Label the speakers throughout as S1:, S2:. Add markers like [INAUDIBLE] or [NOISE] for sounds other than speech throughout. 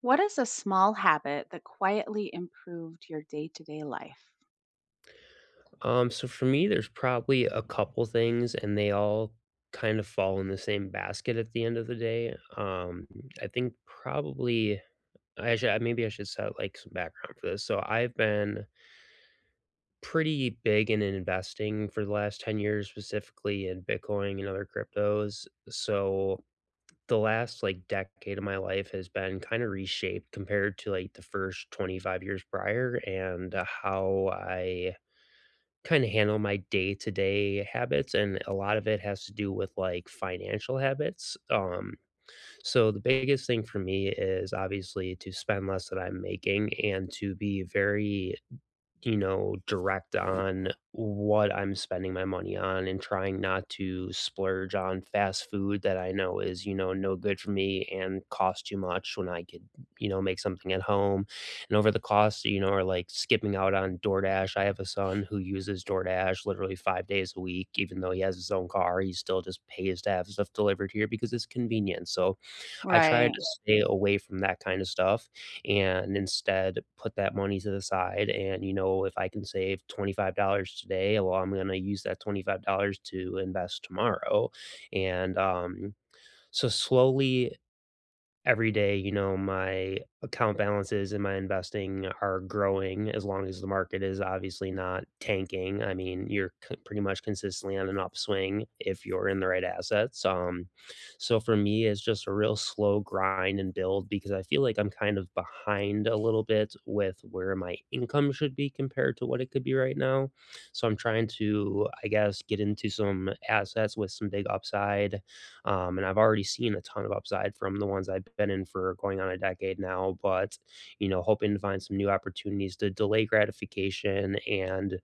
S1: What is a small habit that quietly improved your day-to-day life?
S2: So for me, there's probably a couple things, and they all kind of fall in the same basket at the end of the day. I think probably I should maybe I should set like some background for this. So I've been pretty big in investing for the last 10 years, specifically in Bitcoin and other cryptos. So the last like decade of my life has been kind of reshaped compared to like the first 25 years prior, and how I kind of handle my day-to-day habits. And a lot of it has to do with like financial habits. So the biggest thing for me is obviously to spend less than I'm making, and to be very direct on what I'm spending my money on, and trying not to splurge on fast food that I know is, you know, no good for me and cost too much when I could, make something at home. And over the cost, you know, or like skipping out on DoorDash. I have a son who uses DoorDash literally 5 days a week. Even though he has his own car, he still just pays to have stuff delivered here because it's convenient. So I try to
S1: Right.
S2: stay away from that kind of stuff, and instead put that money to the side. And, you know, if I can save $25 today, well, I'm going to use that $25 to invest tomorrow. And So slowly every day, you know, my account balances and my investing are growing, as long as the market is obviously not tanking. I mean, you're pretty much consistently on an upswing if you're in the right assets. So for me, it's just a real slow grind and build, because I feel like I'm kind of behind a little bit with where my income should be compared to what it could be right now. So I'm trying to, I guess, get into some assets with some big upside, and I've already seen a ton of upside from the ones I've been in for going on a decade now. But, you know, hoping to find some new opportunities to delay gratification and,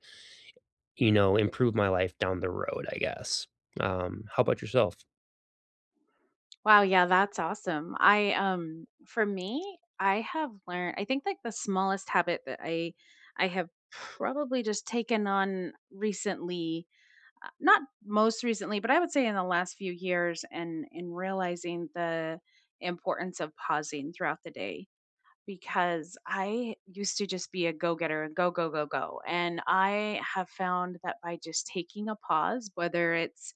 S2: you know, improve my life down the road, I guess. How about yourself?
S1: Wow, yeah, that's awesome. I for me, I have learned, I think, like the smallest habit that I have probably just taken on recently, not most recently, but I would say in the last few years, and in realizing the importance of pausing throughout the day. Because I used to just be a go getter and go, go, go, go. And I have found that by just taking a pause, whether it's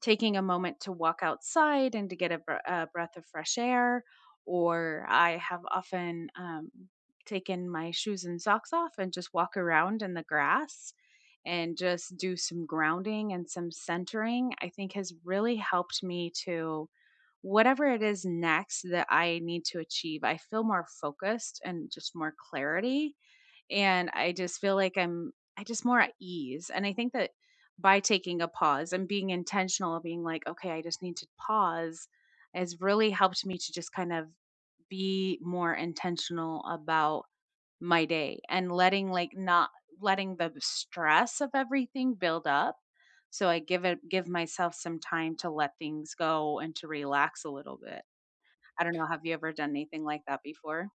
S1: taking a moment to walk outside and to get a a breath of fresh air. Or I have often taken my shoes and socks off and just walk around in the grass and just do some grounding and some centering. I think has really helped me to whatever it is next that I need to achieve. I feel more focused and just more clarity, and I just feel like I just more at ease. And I think that by taking a pause and being intentional, being like, okay, I just need to pause, has really helped me to just kind of be more intentional about my day, and letting like not letting the stress of everything build up. So I give myself some time to let things go and to relax a little bit. I don't know, have you ever done anything like that before?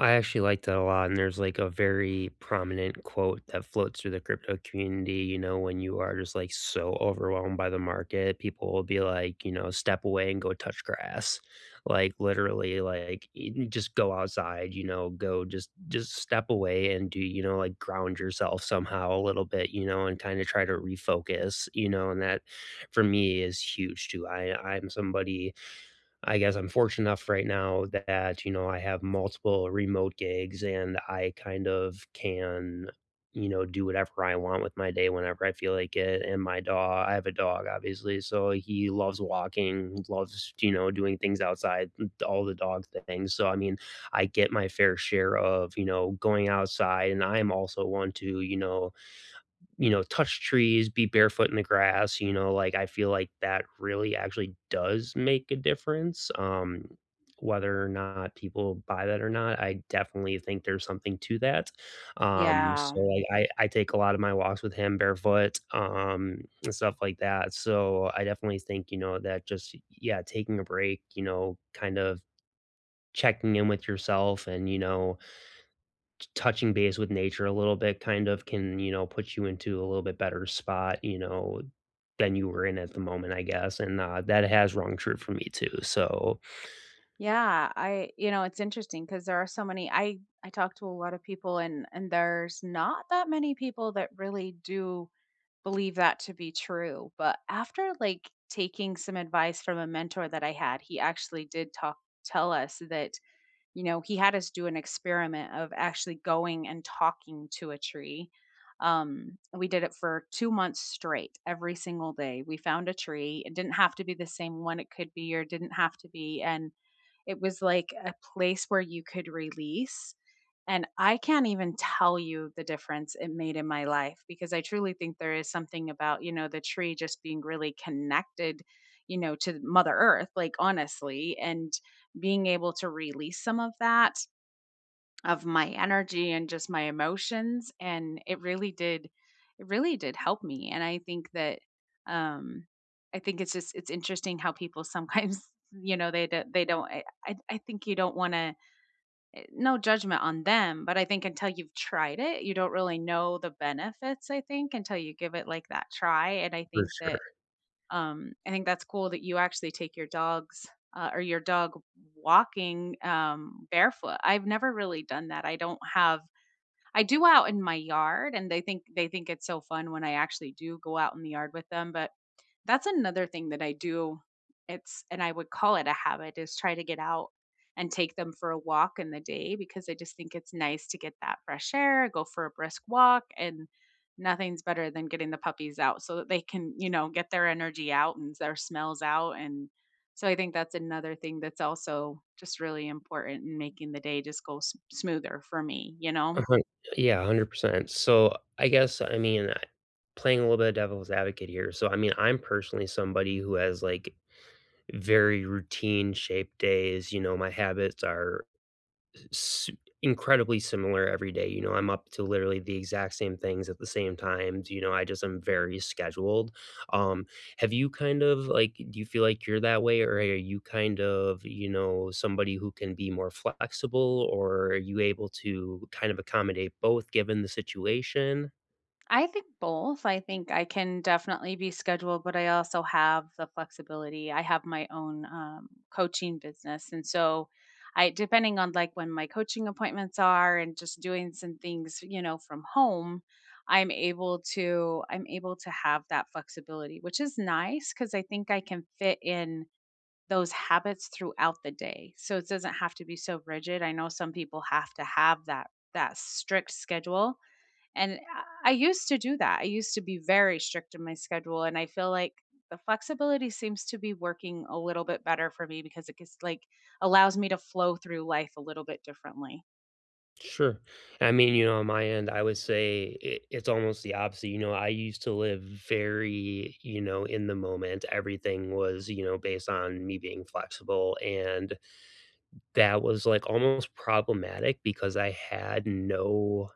S2: I actually liked that a lot, and there's like a very prominent quote that floats through the crypto community. You know, when you are just like so overwhelmed by the market, people will be like, you know, step away and go touch grass, like literally, like just go outside. You know, go just step away and, do you know, like, ground yourself somehow a little bit. You know, and kind of try to refocus. You know, and that for me is huge too. I'm somebody, I guess I'm fortunate enough right now that, you know, I have multiple remote gigs and I kind of can, you know, do whatever I want with my day whenever I feel like it. And my dog, I have a dog, obviously. So he loves walking, loves, you know, doing things outside, all the dog things. So, I mean, I get my fair share of, you know, going outside. And I'm also one to, you know, touch trees, be barefoot in the grass, you know, like I feel like that really actually does make a difference. Whether or not people buy that or not, I definitely think there's something to that. So
S1: Yeah.
S2: like I take a lot of my walks with him barefoot, and stuff like that. So I definitely think, you know, that just yeah, taking a break, you know, kind of checking in with yourself and, you know, touching base with nature a little bit kind of can, you know, put you into a little bit better spot, you know, than you were in at the moment, I guess. And, that has rung true for me too, so
S1: Yeah, I, you know, it's interesting because there are so many, I talk to a lot of people, and there's not that many people that really do believe that to be true. But after, like, taking some advice from a mentor that I had, he actually did talk tell us that, you know, he had us do an experiment of actually going and talking to a tree. We did it for 2 months straight, every single day. We found a tree. It didn't have to be the same one. It could be, or it didn't have to be, and it was like a place where you could release. And I can't even tell you the difference it made in my life, because I truly think there is something about, you know, the tree just being really connected, you know, to Mother Earth, like, honestly. And being able to release some of that, of my energy and just my emotions, and it really did, it really did help me. And I think that, um I think it's just, it's interesting how people sometimes [LAUGHS] you know, they don't, I think you don't want to, no judgment on them, but I think until you've tried it, you don't really know the benefits. I think until you give it like that try. And I
S2: for
S1: think
S2: sure.
S1: that, I think that's cool that you actually take your dogs or your dog walking, barefoot. I've never really done that. I don't have. I do out in my yard, and they think, they think it's so fun when I actually do go out in the yard with them. But that's another thing that I do. It's and I would call it a habit, is try to get out and take them for a walk in the day, because I just think it's nice to get that fresh air, go for a brisk walk. And nothing's better than getting the puppies out so that they can, you know, get their energy out and their smells out. And so I think that's another thing that's also just really important in making the day just go smoother for me, you
S2: A
S1: know.
S2: hun Yeah, 100%. So, I guess, I mean, I playing a little bit of devil's advocate here. So, I mean, I'm personally somebody who has, like, very routine shaped days. You know, my habits are s incredibly similar every day. You know, I'm up to literally the exact same things at the same times, you know, I just am very scheduled. Um, have you kind of like, do you feel like you're that way, or are you kind of, you know, somebody who can be more flexible, or are you able to kind of accommodate both given the situation?
S1: I think both. I think I can definitely be scheduled, but I also have the flexibility. I have my own, coaching business. And so I, depending on like when my coaching appointments are and just doing some things, you know, from home, I'm able to have that flexibility, which is nice because I think I can fit in those habits throughout the day. So it doesn't have to be so rigid. I know some people have to have that, that strict schedule. And I used to do that. I used to be very strict in my schedule. And I feel like the flexibility seems to be working a little bit better for me, because it gets like allows me to flow through life a little bit differently.
S2: Sure. I mean, you know, on my end, I would say it, it's almost the opposite. You know, I used to live very, you know, in the moment. Everything was, you know, based on me being flexible, and that was, like, almost problematic because I had no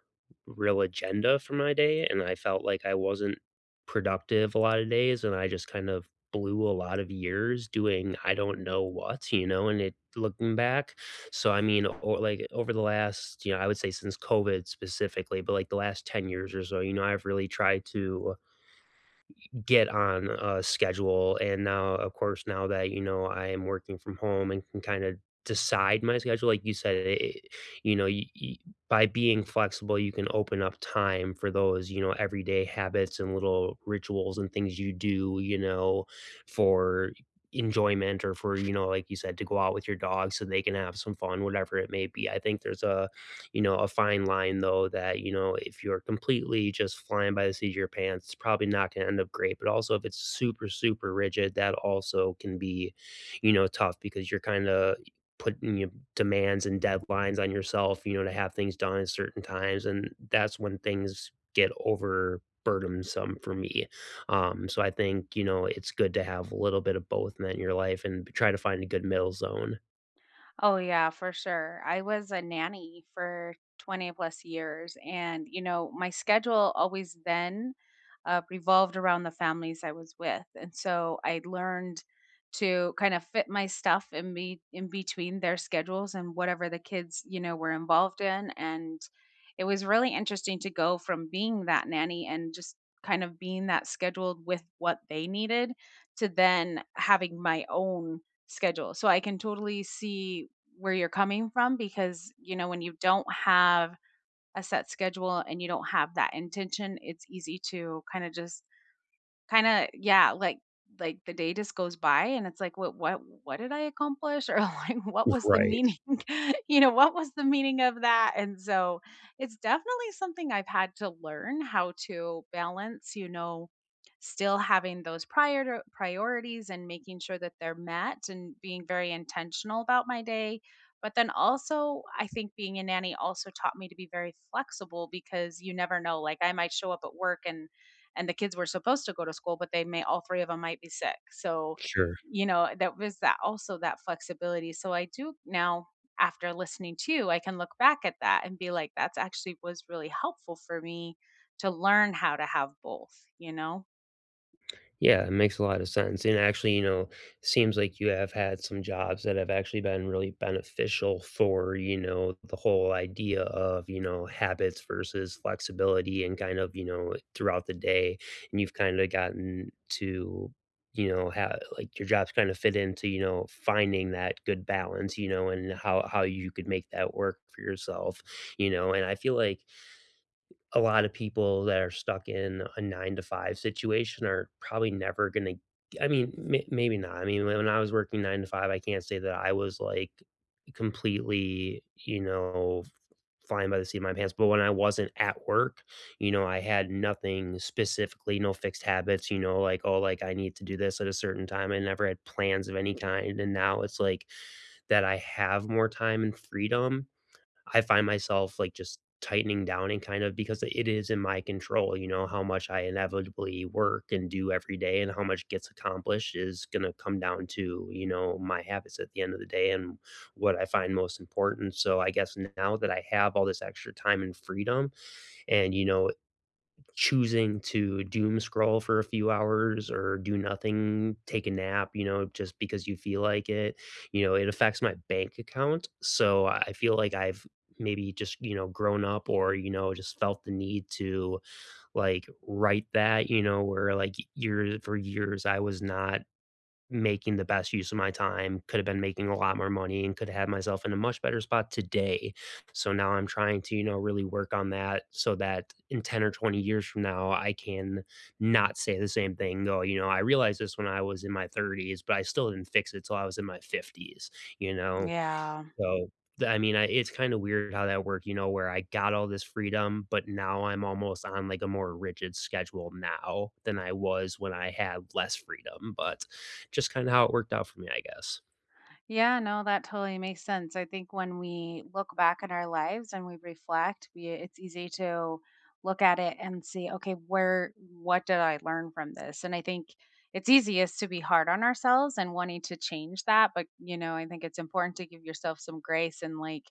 S2: real agenda for my day, and I felt like I wasn't productive a lot of days, and I just kind of blew a lot of years doing I don't know what, you know, and it looking back. So, I mean, or like, over the last, you know, I would say since COVID specifically, but, like, the last 10 years or so, you know, I've really tried to get on a schedule. And now, of course, now that, you know, I am working from home and can kind of decide my schedule, like you said, it, you know, by being flexible, you can open up time for those, you know, everyday habits and little rituals and things you do, you know, for enjoyment, or for, you know, like you said, to go out with your dog so they can have some fun, whatever it may be. I think there's a, you know, a fine line though, that, you know, if you're completely just flying by the seat of your pants, it's probably not going to end up great. But also if it's super, super rigid, that also can be, you know, tough, because you're kind of putting your demands and deadlines on yourself, you know, to have things done at certain times. And that's when things get over burdensome for me. So I think, you know, it's good to have a little bit of both in that in your life, and try to find a good middle zone.
S1: Oh, yeah, for sure. I was a nanny for 20 plus years. And, you know, my schedule always then revolved around the families I was with. And so I learned to kind of fit my stuff in, be in between their schedules and whatever the kids, you know, were involved in. And it was really interesting to go from being that nanny and just kind of being that scheduled with what they needed, to then having my own schedule. So I can totally see where you're coming from, because, you know, when you don't have a set schedule and you don't have that intention, it's easy to kind of just, kinda, yeah, like the day just goes by and it's like, What did I accomplish?" Or [LAUGHS] like, "What was the
S2: Right.
S1: meaning?" [LAUGHS] You know, "What was the meaning of that?" And so, it's definitely something I've had to learn how to balance, you know, still having those priorities and making sure that they're met and being very intentional about my day. But then also, I think being a nanny also taught me to be very flexible, because you never know, like, I might show up at work and the kids were supposed to go to school, but they may, all three of them might be sick. So,
S2: Sure.
S1: you know, that was that, also that flexibility. So I do now, after listening to you, I can look back at that and be like, that's actually was really helpful for me to learn how to have both, you know?
S2: Yeah, it makes a lot of sense. And actually, you know, seems like you have had some jobs that have actually been really beneficial for, you know, the whole idea of, you know, habits versus flexibility and kind of, you know, throughout the day. And you've kind of gotten to, you know, how like your jobs kind of fit into, you know, finding that good balance, you know, and how you could make that work for yourself, you know. And I feel like a lot of people that are stuck in a 9 to 5 situation are probably never gonna, I mean, maybe not. I mean, when I was working 9 to 5, I can't say that I was, like, completely, you know, flying by the seat of my pants. But when I wasn't at work, you know, I had nothing specifically, no fixed habits, you know, like, "Oh, like, I need to do this at a certain time." I never had plans of any kind, and now it's like that I have more time and freedom, I find myself like just tightening down, and kind of, because it is in my control, you know, how much I inevitably work and do every day, and how much gets accomplished is going to come down to, you know, my habits at the end of the day, and what I find most important. So I guess now that I have all this extra time and freedom, and, you know, choosing to doom scroll for a few hours, or do nothing, take a nap, you know, just because you feel like it, you know, it affects my bank account. So I feel like I've maybe just, you know, grown up, or, you know, just felt the need to like write that, you know, where like years for years I was not making the best use of my time, could have been making a lot more money and could have had myself in a much better spot today. So now I'm trying to, you know, really work on that so that in 10 or 20 years from now, I can not say the same thing. Go, you know, I realized this when I was in my 30s, but I still didn't fix it till I was in my 50s, you know?
S1: Yeah.
S2: So, th I mean, I it's kinda weird how that worked, you know, where I got all this freedom, but now I'm almost on, like, a more rigid schedule now than I was when I had less freedom. But just kinda how it worked out for me, I guess.
S1: Yeah, no, that totally makes sense. I think when we look back in our lives and we reflect, we it's easy to look at it and see, okay, where, what did I learn from this? And I think it's easiest to be hard on ourselves and wanting to change that, but, you know, I think it's important to give yourself some grace. And like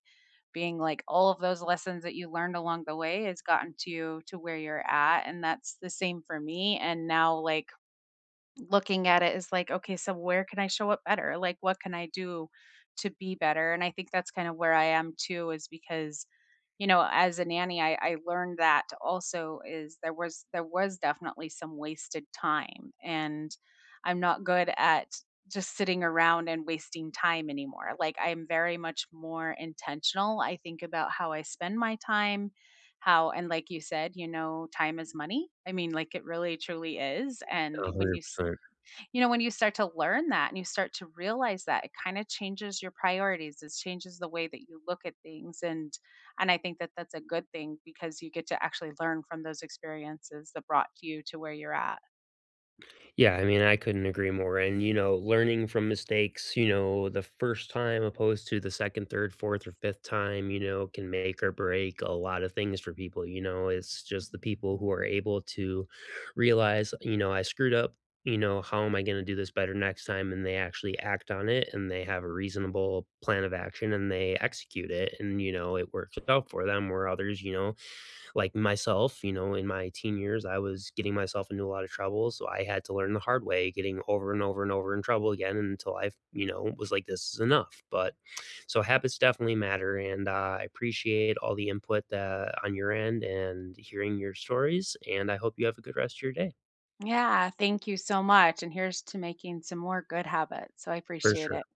S1: being like, all of those lessons that you learned along the way has gotten to you to where you're at, and that's the same for me. And now, like, looking at it is like, okay, so where can I show up better? Like, what can I do to be better? And I think that's kind of where I am too, is because, you know, as a nanny, I learned that also, is there was definitely some wasted time. And I'm not good at just sitting around and wasting time anymore. Like, I'm very much more intentional, I think, about how I spend my time, how, and like you said, you know, time is money. I mean, like, it really truly is. And when you
S2: 100%.
S1: you know, when you start to learn that and you start to realize that, it kind of changes your priorities. It changes the way that you look at things, and I think that that's a good thing, because you get to actually learn from those experiences that brought you to where you're at.
S2: Yeah, I mean, I couldn't agree more. And, you know, learning from mistakes, you know, the first time opposed to the second, third, fourth, or fifth time, you know, can make or break a lot of things for people. You know, it's just the people who are able to realize, you know, I screwed up. You know, how am I going to do this better next time? And they actually act on it, and they have a reasonable plan of action and they execute it. And, you know, it works out for them, where others, you know, like myself, you know, in my teen years, I was getting myself into a lot of trouble. So I had to learn the hard way, getting over and over in trouble again until I, you know, was like, this is enough. But so habits definitely matter. And I appreciate all the input that, on your end, and hearing your stories. And I hope you have a good rest of your day
S1: Yeah, thank you so much. And here's to making some more good habits. So I
S2: for
S1: appreciate
S2: sure.
S1: it.